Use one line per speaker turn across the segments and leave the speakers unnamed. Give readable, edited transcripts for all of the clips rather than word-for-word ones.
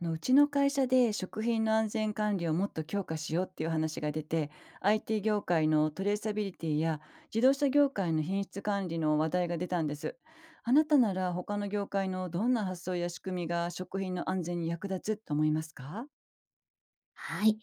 うちの会社で食品の安全管理をもっと強化しようっていう話が出て、 IT 業界のトレーサビリティや自動車業界の品質管理の話題が出たんです。あなたなら他の業界のどんな発想や仕組みが食品の安全に役立つと思いますか？
はい。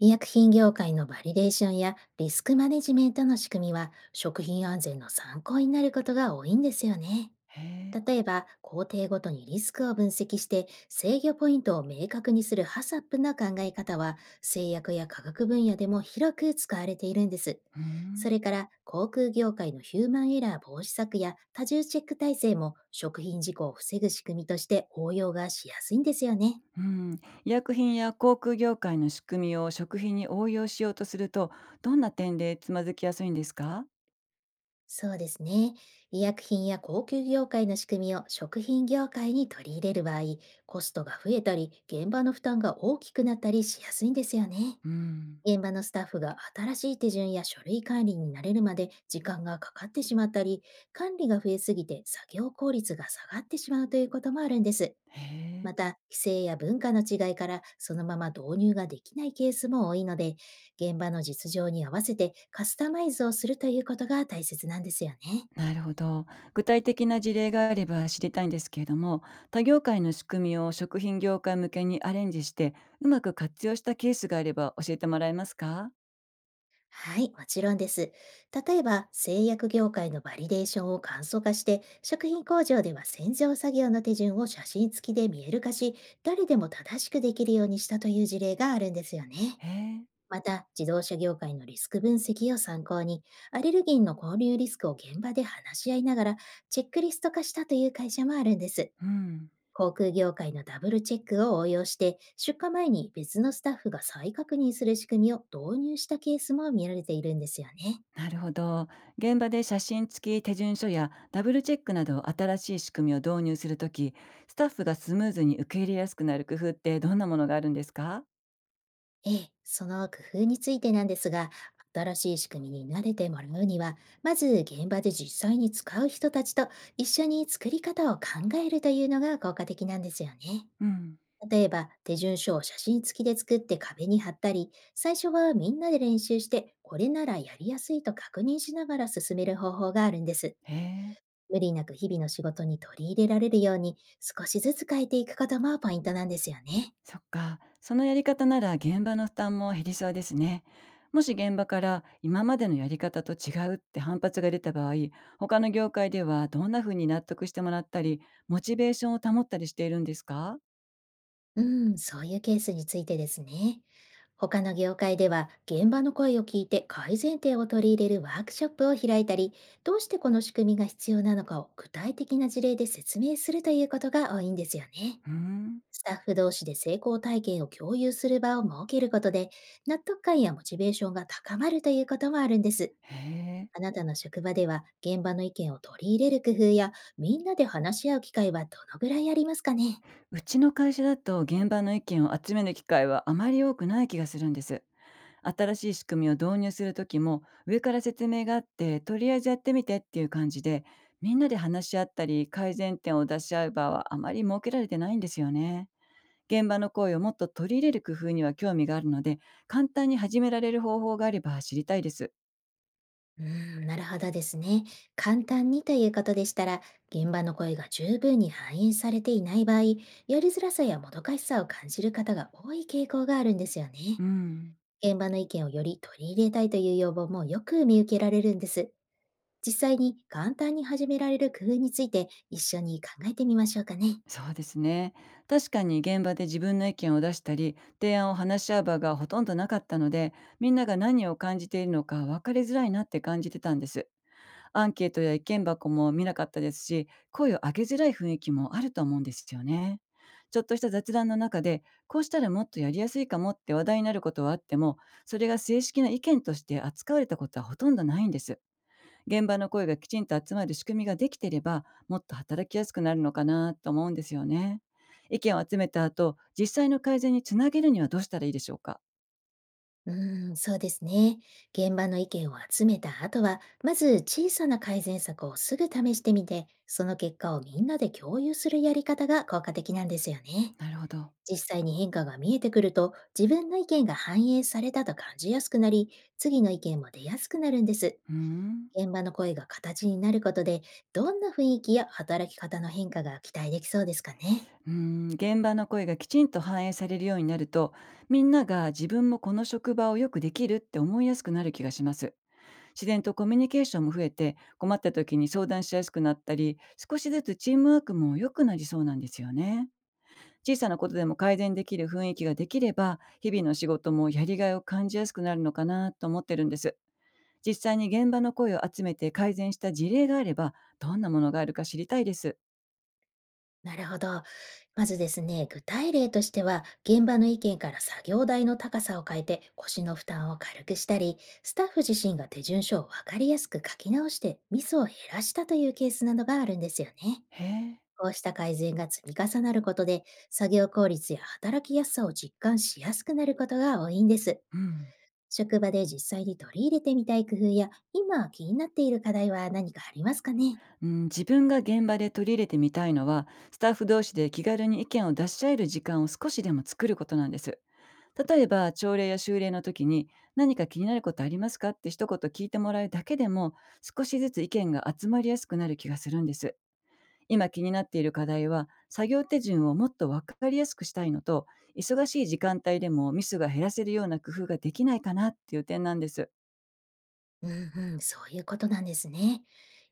医薬品業界のバリデーションやリスクマネジメントの仕組みは食品安全の参考になることが多いんですよね。
へえ。
例えば、工程ごとにリスクを分析して制御ポイントを明確にするハサップなの考え方は製薬や科学分野でも広く使われているんです。
うー
そ
ん。
れから航空業界のヒューマンエラー防止策や多重チェック体制も食品事故を防ぐ仕組みとして応用がしやすいんですよね。
うん、医薬品や航空業界の仕組みを食品に応用しようとすると、どんな点でつまずきやすいんですか？
そうですね。医薬品や高級業界の仕組みを食品業界に取り入れる場合、コストが増えたり、現場の負担が大きくなったりしやすいんですよね。
うん。
現場のスタッフが新しい手順や書類管理に慣れるまで時間がかかってしまったり、管理が増えすぎて作業効率が下がってしまうということもあるんです。
へえ。
また、規制や文化の違いからそのまま導入ができないケースも多いので、現場の実情に合わせてカスタマイズをするということが大切なんですよね。
なるほど。具体的な事例があれば知りたいんですけれども、他業界の仕組みを食品業界向けにアレンジして、うまく活用したケースがあれば教えてもらえますか？
はい、もちろんです。例えば、製薬業界のバリデーションを簡素化して、食品工場では洗浄作業の手順を写真付きで見える化し、誰でも正しくできるようにしたという事例があるんですよね。
へえ、
また、自動車業界のリスク分析を参考に、アレルギンの交流リスクを現場で話し合いながら、チェックリスト化したという会社もあるんです。
うん。
航空業界のダブルチェックを応用して、出荷前に別のスタッフが再確認する仕組みを導入したケースも見られているんですよね。
なるほど。現場で写真付き手順書やダブルチェックなど新しい仕組みを導入するとき、スタッフがスムーズに受け入れやすくなる工夫ってどんなものがあるんですか？
ええ、その工夫についてなんですが、新しい仕組みに慣れてもらうには、まず現場で実際に使う人たちと一緒に作り方を考えるというのが効果的なんですよね。
うん。
例えば、手順書を写真付きで作って壁に貼ったり、最初はみんなで練習して、これならやりやすいと確認しながら進める方法があるんです。
へえ。
無理なく日々の仕事に取り入れられるように、少しずつ変えていくこともポイントなんですよね。
そっか、そのやり方なら現場の負担も減りそうですね。もし現場から今までのやり方と違うって反発が出た場合、他の業界ではどんな風に納得してもらったり、モチベーションを保ったりしているんですか？
うん、そういうケースについてですね。他の業界では、現場の声を聞いて改善点を取り入れるワークショップを開いたり、どうしてこの仕組みが必要なのかを具体的な事例で説明するということが多いんですよね。
うーん、
スタッフ同士で成功体験を共有する場を設けることで、納得感やモチベーションが高まるということもあるんです。
へえ。
あなたの職場では、現場の意見を取り入れる工夫や、みんなで話し合う機会はどのぐらいありますかね？
うちの会社だと現場の意見を集める機会はあまり多くない気がするんです。新しい仕組みを導入する時も上から説明があって、とりあえずやってみてっていう感じで、みんなで話し合ったり改善点を出し合う場はあまり設けられてないんですよね。現場の声をもっと取り入れる工夫には興味があるので、簡単に始められる方法があれば知りたいです。
うーん、なるほどですね。簡単にということでしたら、現場の声が十分に反映されていない場合、やりづらさやもどかしさを感じる方が多い傾向があるんですよ
う
ね。
ん、
現場の意見をより取り入れたいという要望もよく見受けられるんです。実際に簡単に始められる工夫について一緒に考えてみましょうかね。
そうですね。確かに現場で自分の意見を出したり提案を話し合う場がほとんどなかったので、みんなが何を感じているのか分かりづらいなって感じてたんです。アンケートや意見箱も見なかったですし、声を上げづらい雰囲気もあると思うんですよね。ちょっとした雑談の中で、こうしたらもっとやりやすいかもって話題になることはあっても、それが正式な意見として扱われたことはほとんどないんです。現場の声がきちんと集まる仕組みができていれば、もっと働きやすくなるのかなと思うんですよね。意見を集めた後、実際の改善につなげるにはどうしたらいいでしょうか？
うーん、そうですね。現場の意見を集めた後は、まず小さな改善策をすぐ試してみて、その結果をみんなで共有するやり方が効果的なんですよね。
なるほど。
実際に変化が見えてくると、自分の意見が反映されたと感じやすくなり、次の意見も出やすくなるんです。
うーん。
現場の声が形になることで、どんな雰囲気や働き方の変化が期待できそうですかね。
うん、現場の声がきちんと反映されるようになると、みんなが自分もこの職場をよくできるって思いやすくなる気がします。自然とコミュニケーションも増えて、困った時に相談しやすくなったり、少しずつチームワークも良くなりそうなんですよね。小さなことでも改善できる雰囲気ができれば、日々の仕事もやりがいを感じやすくなるのかなと思ってるんです。実際に現場の声を集めて改善した事例があれば、どんなものがあるか知りたいです。
なるほど。まずですね、具体例としては、現場の意見から作業台の高さを変えて腰の負担を軽くしたり、スタッフ自身が手順書を分かりやすく書き直してミスを減らしたというケースなどがあるんですよね。
へえ。
こうした改善が積み重なることで、作業効率や働きやすさを実感しやすくなることが多いんです。
うん
職場で実際に取り入れてみたい工夫や、今気になっている課題は何かありますかね？
うん、自分が現場で取り入れてみたいのはスタッフ同士で気軽に意見を出し合える時間を少しでも作ることなんです。例えば朝礼や修礼の時に、何か気になることありますかって一言聞いてもらうだけでも、少しずつ意見が集まりやすくなる気がするんです。今気になっている課題は、作業手順をもっと分かりやすくしたいのと、忙しい時間帯でもミスが減らせるような工夫ができないかなっていう点なんです。
うんうん、そういうことなんですね。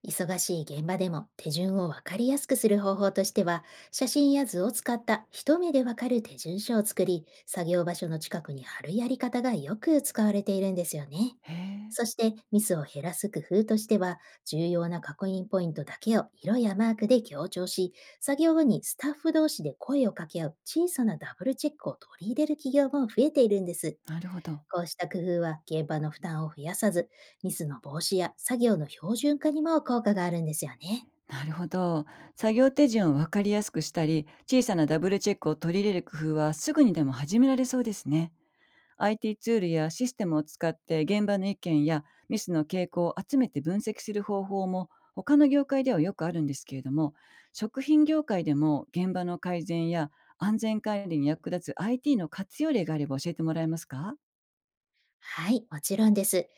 忙しい現場でも手順を分かりやすくする方法としては、写真や図を使った一目で分かる手順書を作り、作業場所の近くに貼るやり方がよく使われているんですよね。
へえ。
そしてミスを減らす工夫としては、重要な確認ポイントだけを色やマークで強調し、作業後にスタッフ同士で声を掛け合う小さなダブルチェックを取り入れる企業も増えているんです。
なるほど。
こうした工夫は現場の負担を増やさず、ミスの防止や作業の標準化にも効果があるんですよね。
なるほど。作業手順を分かりやすくしたり、小さなダブルチェックを取り入れる工夫はすぐにでも始められそうですね。IT ツールやシステムを使って現場の意見やミスの傾向を集めて分析する方法も他の業界ではよくあるんですけれども、食品業界でも現場の改善や安全管理に役立つ IT の活用例があれば教えてもらえますか？
はい、もちろんです。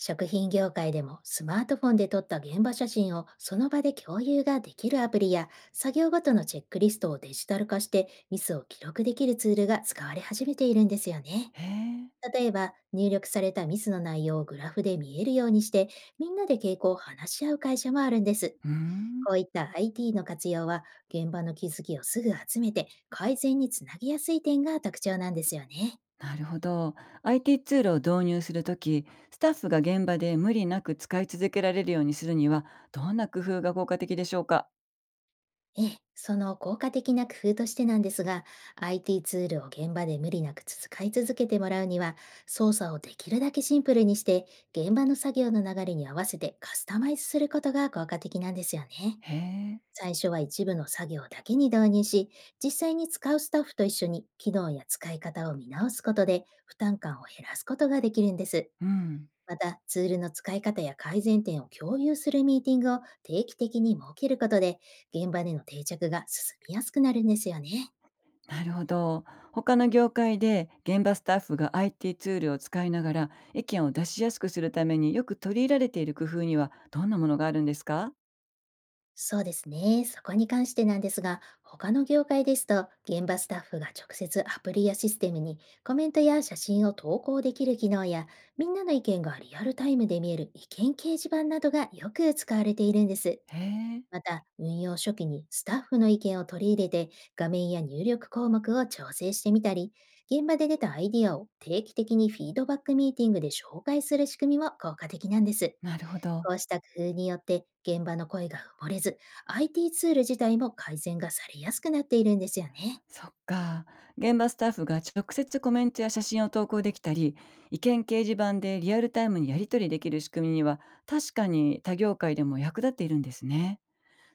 食品業界でもスマートフォンで撮った現場写真をその場で共有ができるアプリや作業ごとのチェックリストをデジタル化してミスを記録できるツールが使われ始めているんですよね。
へえ。
例えば入力されたミスの内容をグラフで見えるようにして、みんなで傾向を話し合う会社もあるんです。
うーん。
こういった IT の活用は、現場の気づきをすぐ集めて、改善につなげやすい点が特徴なんですよね。
なるほど。IT ツールを導入するとき、スタッフが現場で無理なく使い続けられるようにするには、どんな工夫が効果的でしょうか？
ええ、その効果的な工夫としてなんですが、IT ツールを現場で無理なく使い続けてもらうには、操作をできるだけシンプルにして、現場の作業の流れに合わせてカスタマイズすることが効果的なんですよね。
へえ。
最初は一部の作業だけに導入し、実際に使うスタッフと一緒に機能や使い方を見直すことで負担感を減らすことができるんです。
うん。
また、ツールの使い方や改善点を共有するミーティングを定期的に設けることで、現場での定着が進みやすくなるんですよね。
なるほど。他の業界で現場スタッフが IT ツールを使いながら意見を出しやすくするためによく取り入れられている工夫にはどんなものがあるんですか？
そうですね。そこに関してなんですが、他の業界ですと、現場スタッフが直接アプリやシステムにコメントや写真を投稿できる機能や、みんなの意見がリアルタイムで見える意見掲示板などがよく使われているんです。
へえ。
また、運用初期にスタッフの意見を取り入れて、画面や入力項目を調整してみたり、現場で出たアイディアを定期的にフィードバックミーティングで紹介する仕組みも効果的なんです。
なるほど。
こうした工夫によって、現場の声が埋もれず、IT ツール自体も改善がされやすくなっているんですよね。
そっか。現場スタッフが直接コメントや写真を投稿できたり、意見掲示板でリアルタイムにやり取りできる仕組みには、確かに他業界でも役立っているんですね。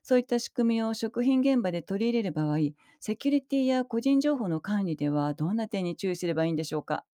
そういった仕組みを食品現場で取り入れる場合、セキュリティや個人情報の管理ではどんな点に注意すればいいんでしょうか？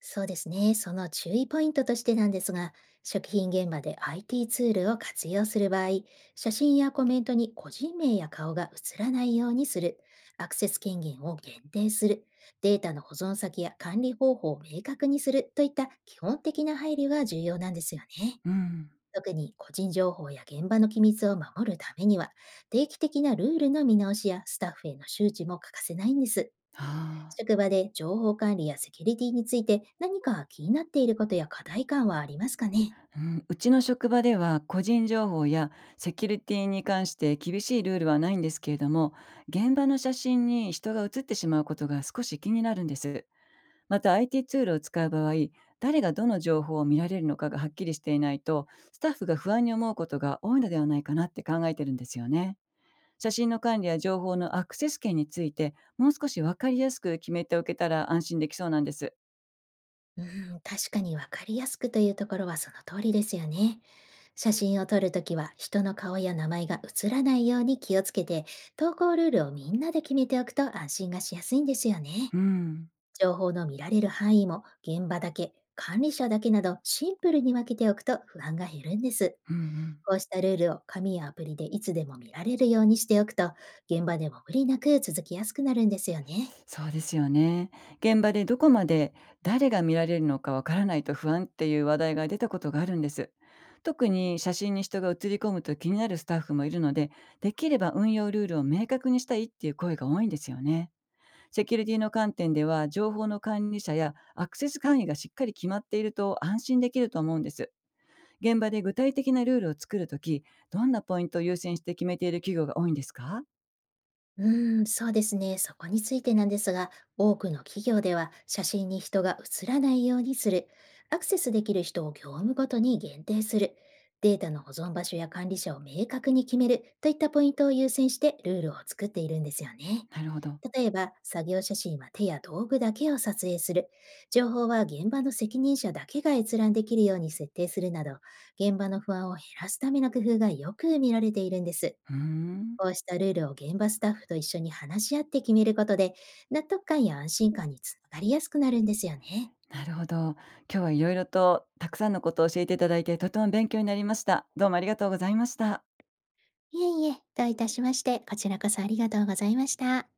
そうですね。その注意ポイントとしてなんですが、食品現場で IT ツールを活用する場合、写真やコメントに個人名や顔が映らないようにする、アクセス権限を限定する、データの保存先や管理方法を明確にするといった基本的な配慮が重要なんですよね。
うん。
特に個人情報や現場の機密を守るためには、定期的なルールの見直しやスタッフへの周知も欠かせないんです。
ああ。
職場で情報管理やセキュリティについて何か気になっていることや課題感はありますかね？
うん、うちの職場では個人情報やセキュリティに関して厳しいルールはないんですけれども、現場の写真に人が写ってしまうことが少し気になるんです。また IT ツールを使う場合、誰がどの情報を見られるのかがはっきりしていないと、スタッフが不安に思うことが多いのではないかなって考えてるんですよね。写真の管理や情報のアクセス権についてもう少し分かりやすく決めておけたら安心できそうなんです。
うん、確かにわかりやすくというところはその通りですよね。写真を撮るときは人の顔や名前が映らないように気をつけて、投稿ルールをみんなで決めておくと安心がしやすいんですよね。
うん
情報の見られる範囲も現場だけ、管理者だけなどシンプルに分けておくと不安が減るんです。
うん。うん、
こうしたルールを紙やアプリでいつでも見られるようにしておくと、現場でも無理なく続きやすくなるんですよね。
そうですよね。現場でどこまで誰が見られるのかわからないと不安っていう話題が出たことがあるんです。特に写真に人が写り込むと気になるスタッフもいるので、できれば運用ルールを明確にしたいっていう声が多いんですよね。セキュリティの観点では、情報の管理者やアクセス管理がしっかり決まっていると安心できると思うんです。現場で具体的なルールを作るとき、どんなポイントを優先して決めている企業が多いんですか？
うーん、そうですね。そこについてなんですが、多くの企業では写真に人が写らないようにする、アクセスできる人を業務ごとに限定する、データの保存場所や管理者を明確に決めるといったポイントを優先してルールを作っているんですよね。
なるほど。
例えば、作業写真は手や道具だけを撮影する、情報は現場の責任者だけが閲覧できるように設定するなど、現場の不安を減らすための工夫がよく見られているんです。
うーん。
こうしたルールを現場スタッフと一緒に話し合って決めることで、納得感や安心感につながりやすくなるんですよね。
なるほど。今日はいろいろとたくさんのことを教えていただいて、とても勉強になりました。どうもありがとうございました。
いえいえ、どういたしまして、こちらこそありがとうございました。